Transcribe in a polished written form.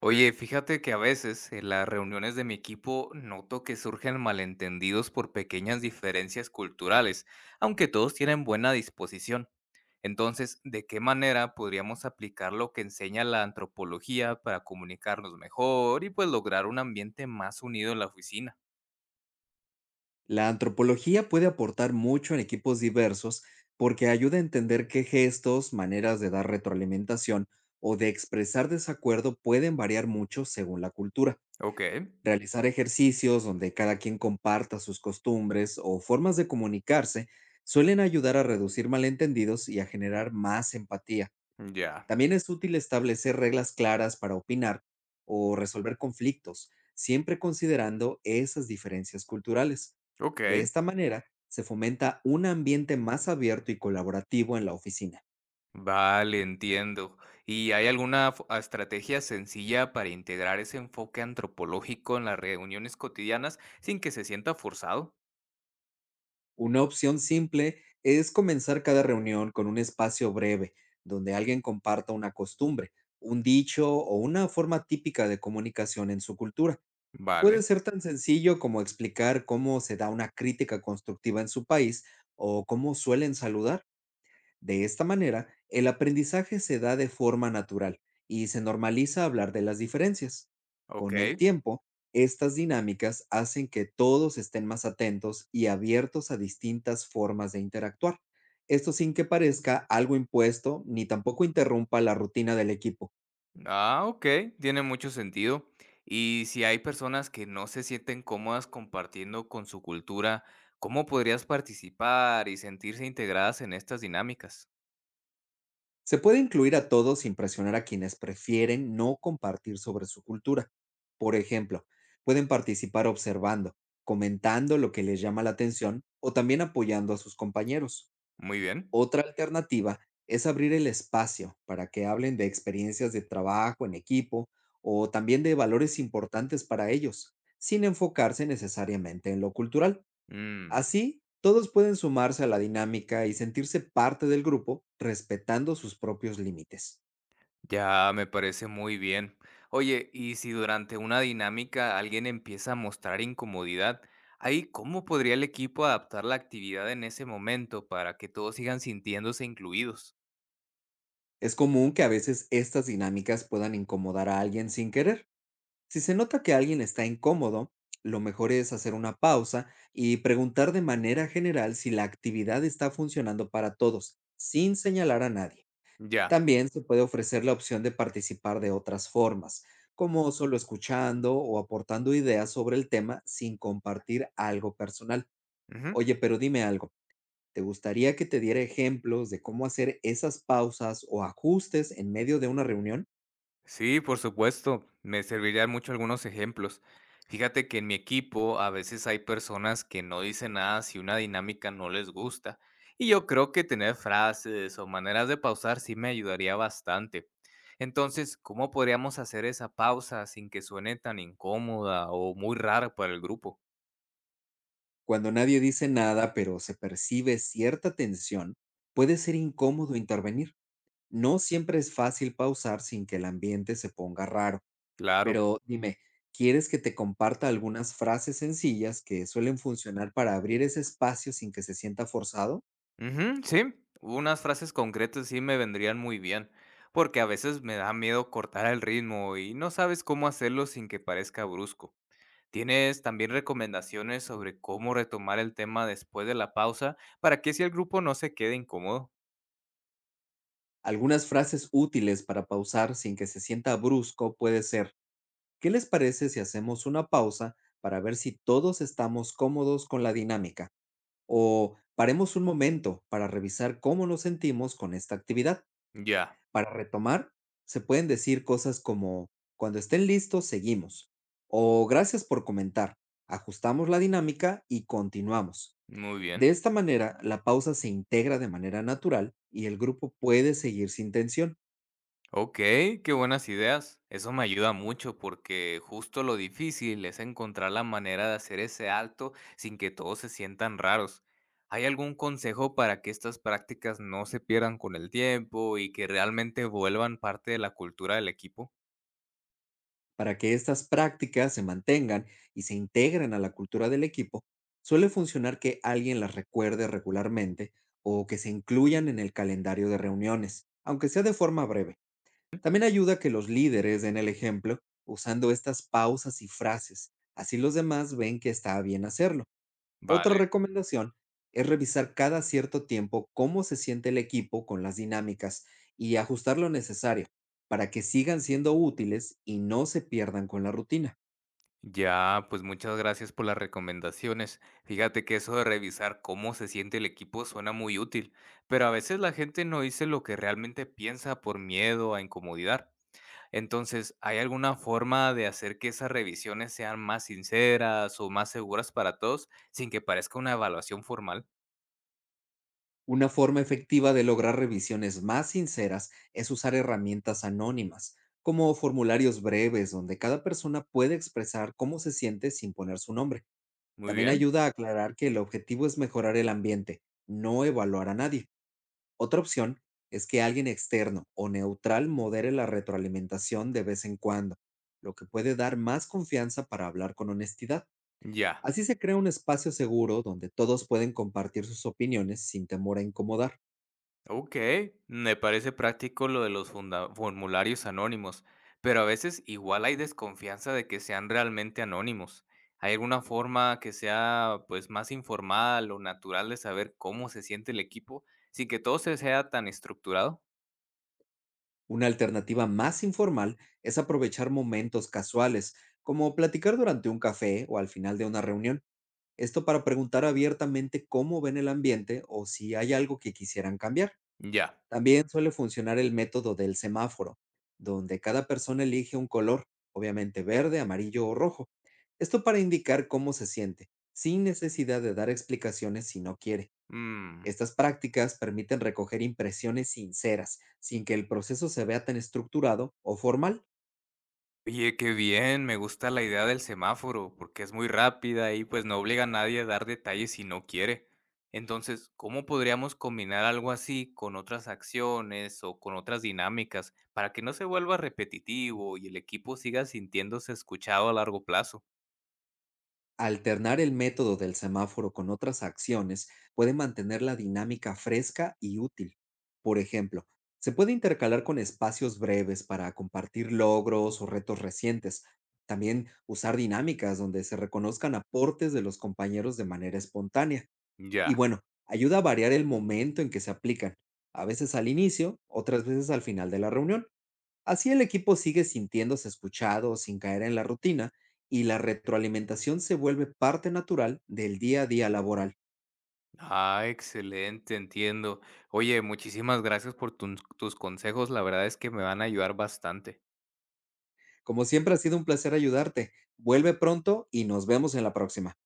Oye, fíjate que a veces en las reuniones de mi equipo noto que surgen malentendidos por pequeñas diferencias culturales, aunque todos tienen buena disposición. Entonces, ¿de qué manera podríamos aplicar lo que enseña la antropología para comunicarnos mejor y pues lograr un ambiente más unido en la oficina? La antropología puede aportar mucho en equipos diversos porque ayuda a entender qué gestos, maneras de dar retroalimentación o de expresar desacuerdo pueden variar mucho según la cultura. Ok, Realizar ejercicios donde cada quien comparta sus costumbres o formas de comunicarse suelen ayudar a reducir malentendidos y a generar más empatía. ya. También es útil establecer reglas claras para opinar o resolver conflictos, siempre considerando esas diferencias culturales. Ok, De esta manera, se fomenta un ambiente más abierto y colaborativo en la oficina. vale, entiendo. ¿Y hay alguna estrategia sencilla para integrar ese enfoque antropológico en las reuniones cotidianas sin que se sienta forzado? Una opción simple es comenzar cada reunión con un espacio breve donde alguien comparta una costumbre, un dicho o una forma típica de comunicación en su cultura. Puede Vale, ser tan sencillo como explicar cómo se da una crítica constructiva en su país o cómo suelen saludar. De esta manera, el aprendizaje se da de forma natural y se normaliza hablar de las diferencias. ok. Con el tiempo, estas dinámicas hacen que todos estén más atentos y abiertos a distintas formas de interactuar. Esto sin que parezca algo impuesto ni tampoco interrumpa la rutina del equipo. Ah, ok, tiene mucho sentido. Y si hay personas que no se sienten cómodas compartiendo con su cultura, ¿cómo podrías participar y sentirse integradas en estas dinámicas? Se puede incluir a todos sin presionar a quienes prefieren no compartir sobre su cultura. Por ejemplo, pueden participar observando, comentando lo que les llama la atención o también apoyando a sus compañeros. Muy bien. Otra alternativa es abrir el espacio para que hablen de experiencias de trabajo en equipo o también de valores importantes para ellos, sin enfocarse necesariamente en lo cultural. Mm, Así, todos pueden sumarse a la dinámica y sentirse parte del grupo respetando sus propios límites. ya me parece muy bien. Oye, y si durante una dinámica alguien empieza a mostrar incomodidad, ahí cómo podría el equipo adaptar la actividad en ese momento para que todos sigan sintiéndose incluidos. Es común que a veces estas dinámicas puedan incomodar a alguien sin querer. Si se nota que alguien está incómodo, lo mejor es hacer una pausa y preguntar de manera general si la actividad está funcionando para todos, sin señalar a nadie. Ya. También se puede ofrecer la opción de participar de otras formas, como solo escuchando o aportando ideas sobre el tema sin compartir algo personal. Ujú. Oye, pero dime algo, ¿te gustaría que te diera ejemplos de cómo hacer esas pausas o ajustes en medio de una reunión? Sí, por supuesto, me servirían mucho algunos ejemplos. Fíjate que en mi equipo a veces hay personas que no dicen nada si una dinámica no les gusta, y yo creo que tener frases o maneras de pausar sí me ayudaría bastante. Entonces, ¿cómo podríamos hacer esa pausa sin que suene tan incómoda o muy rara para el grupo? Cuando nadie dice nada, pero se percibe cierta tensión, puede ser incómodo intervenir. No siempre es fácil pausar sin que el ambiente se ponga raro, Claro. pero dime, ¿quieres que te comparta algunas frases sencillas que suelen funcionar para abrir ese espacio sin que se sienta forzado? Ujú, sí, unas frases concretas sí me vendrían muy bien, porque a veces me da miedo cortar el ritmo y no sabes cómo hacerlo sin que parezca brusco. ¿Tienes también recomendaciones sobre cómo retomar el tema después de la pausa para que si el grupo no se quede incómodo? Algunas frases útiles para pausar sin que se sienta brusco puede ser: ¿qué les parece si hacemos una pausa para ver si todos estamos cómodos con la dinámica? O paremos un momento para revisar cómo nos sentimos con esta actividad. Ya, Para retomar, se pueden decir cosas como, cuando estén listos, seguimos. O gracias por comentar. Ajustamos la dinámica y continuamos. muy De bien. esta manera, la pausa se integra de manera natural y el grupo puede seguir sin tensión. Ok, qué buenas ideas. Eso me ayuda mucho porque justo lo difícil es encontrar la manera de hacer ese alto sin que todos se sientan raros. ¿Hay algún consejo para que estas prácticas no se pierdan con el tiempo y que realmente vuelvan parte de la cultura del equipo? Para que estas prácticas se mantengan y se integren a la cultura del equipo, suele funcionar que alguien las recuerde regularmente o que se incluyan en el calendario de reuniones, aunque sea de forma breve. También ayuda que los líderes den el ejemplo usando estas pausas y frases, así los demás ven que está bien hacerlo. Otra Vale. recomendación es revisar cada cierto tiempo cómo se siente el equipo con las dinámicas y ajustar lo necesario para que sigan siendo útiles y no se pierdan con la rutina. Ya, pues muchas gracias por las recomendaciones. Fíjate que eso de revisar cómo se siente el equipo suena muy útil, pero a veces la gente no dice lo que realmente piensa por miedo a incomodidad. Entonces, ¿hay alguna forma de hacer que esas revisiones sean más sinceras o más seguras para todos sin que parezca una evaluación formal? Una forma efectiva de lograr revisiones más sinceras es usar herramientas anónimas, como formularios breves donde cada persona puede expresar cómo se siente sin poner su nombre. Muy También bien, ayuda a aclarar que el objetivo es mejorar el ambiente, no evaluar a nadie. Otra opción es que alguien externo o neutral modere la retroalimentación de vez en cuando, lo que puede dar más confianza para hablar con honestidad. ya. Así se crea un espacio seguro donde todos pueden compartir sus opiniones sin temor a incomodar. Ok, me parece práctico lo de los formularios anónimos, pero a veces igual hay desconfianza de que sean realmente anónimos. ¿Hay alguna forma que sea pues más informal o natural de saber cómo se siente el equipo sin que todo se sea tan estructurado? Una alternativa más informal es aprovechar momentos casuales, como platicar durante un café o al final de una reunión. Esto para preguntar abiertamente cómo ven el ambiente o si hay algo que quisieran cambiar. Ya. También suele funcionar el método del semáforo, donde cada persona elige un color, obviamente verde, amarillo o rojo. Esto para indicar cómo se siente, sin necesidad de dar explicaciones si no quiere. Mm. Estas prácticas permiten recoger impresiones sinceras, sin que el proceso se vea tan estructurado o formal. Oye, qué bien, me gusta la idea del semáforo, porque es muy rápida y pues no obliga a nadie a dar detalles si no quiere. Entonces, ¿cómo podríamos combinar algo así con otras acciones o con otras dinámicas para que no se vuelva repetitivo y el equipo siga sintiéndose escuchado a largo plazo? Alternar el método del semáforo con otras acciones puede mantener la dinámica fresca y útil. Por ejemplo, se puede intercalar con espacios breves para compartir logros o retos recientes. También usar dinámicas donde se reconozcan aportes de los compañeros de manera espontánea. Y Ya. bueno, ayuda a variar el momento en que se aplican, a veces al inicio, otras veces al final de la reunión. Así el equipo sigue sintiéndose escuchado sin caer en la rutina y la retroalimentación se vuelve parte natural del día a día laboral. Ah, excelente, entiendo. Oye, muchísimas gracias por tus consejos, la verdad es que me van a ayudar bastante. Como siempre, ha sido un placer ayudarte. Vuelve pronto y nos vemos en la próxima.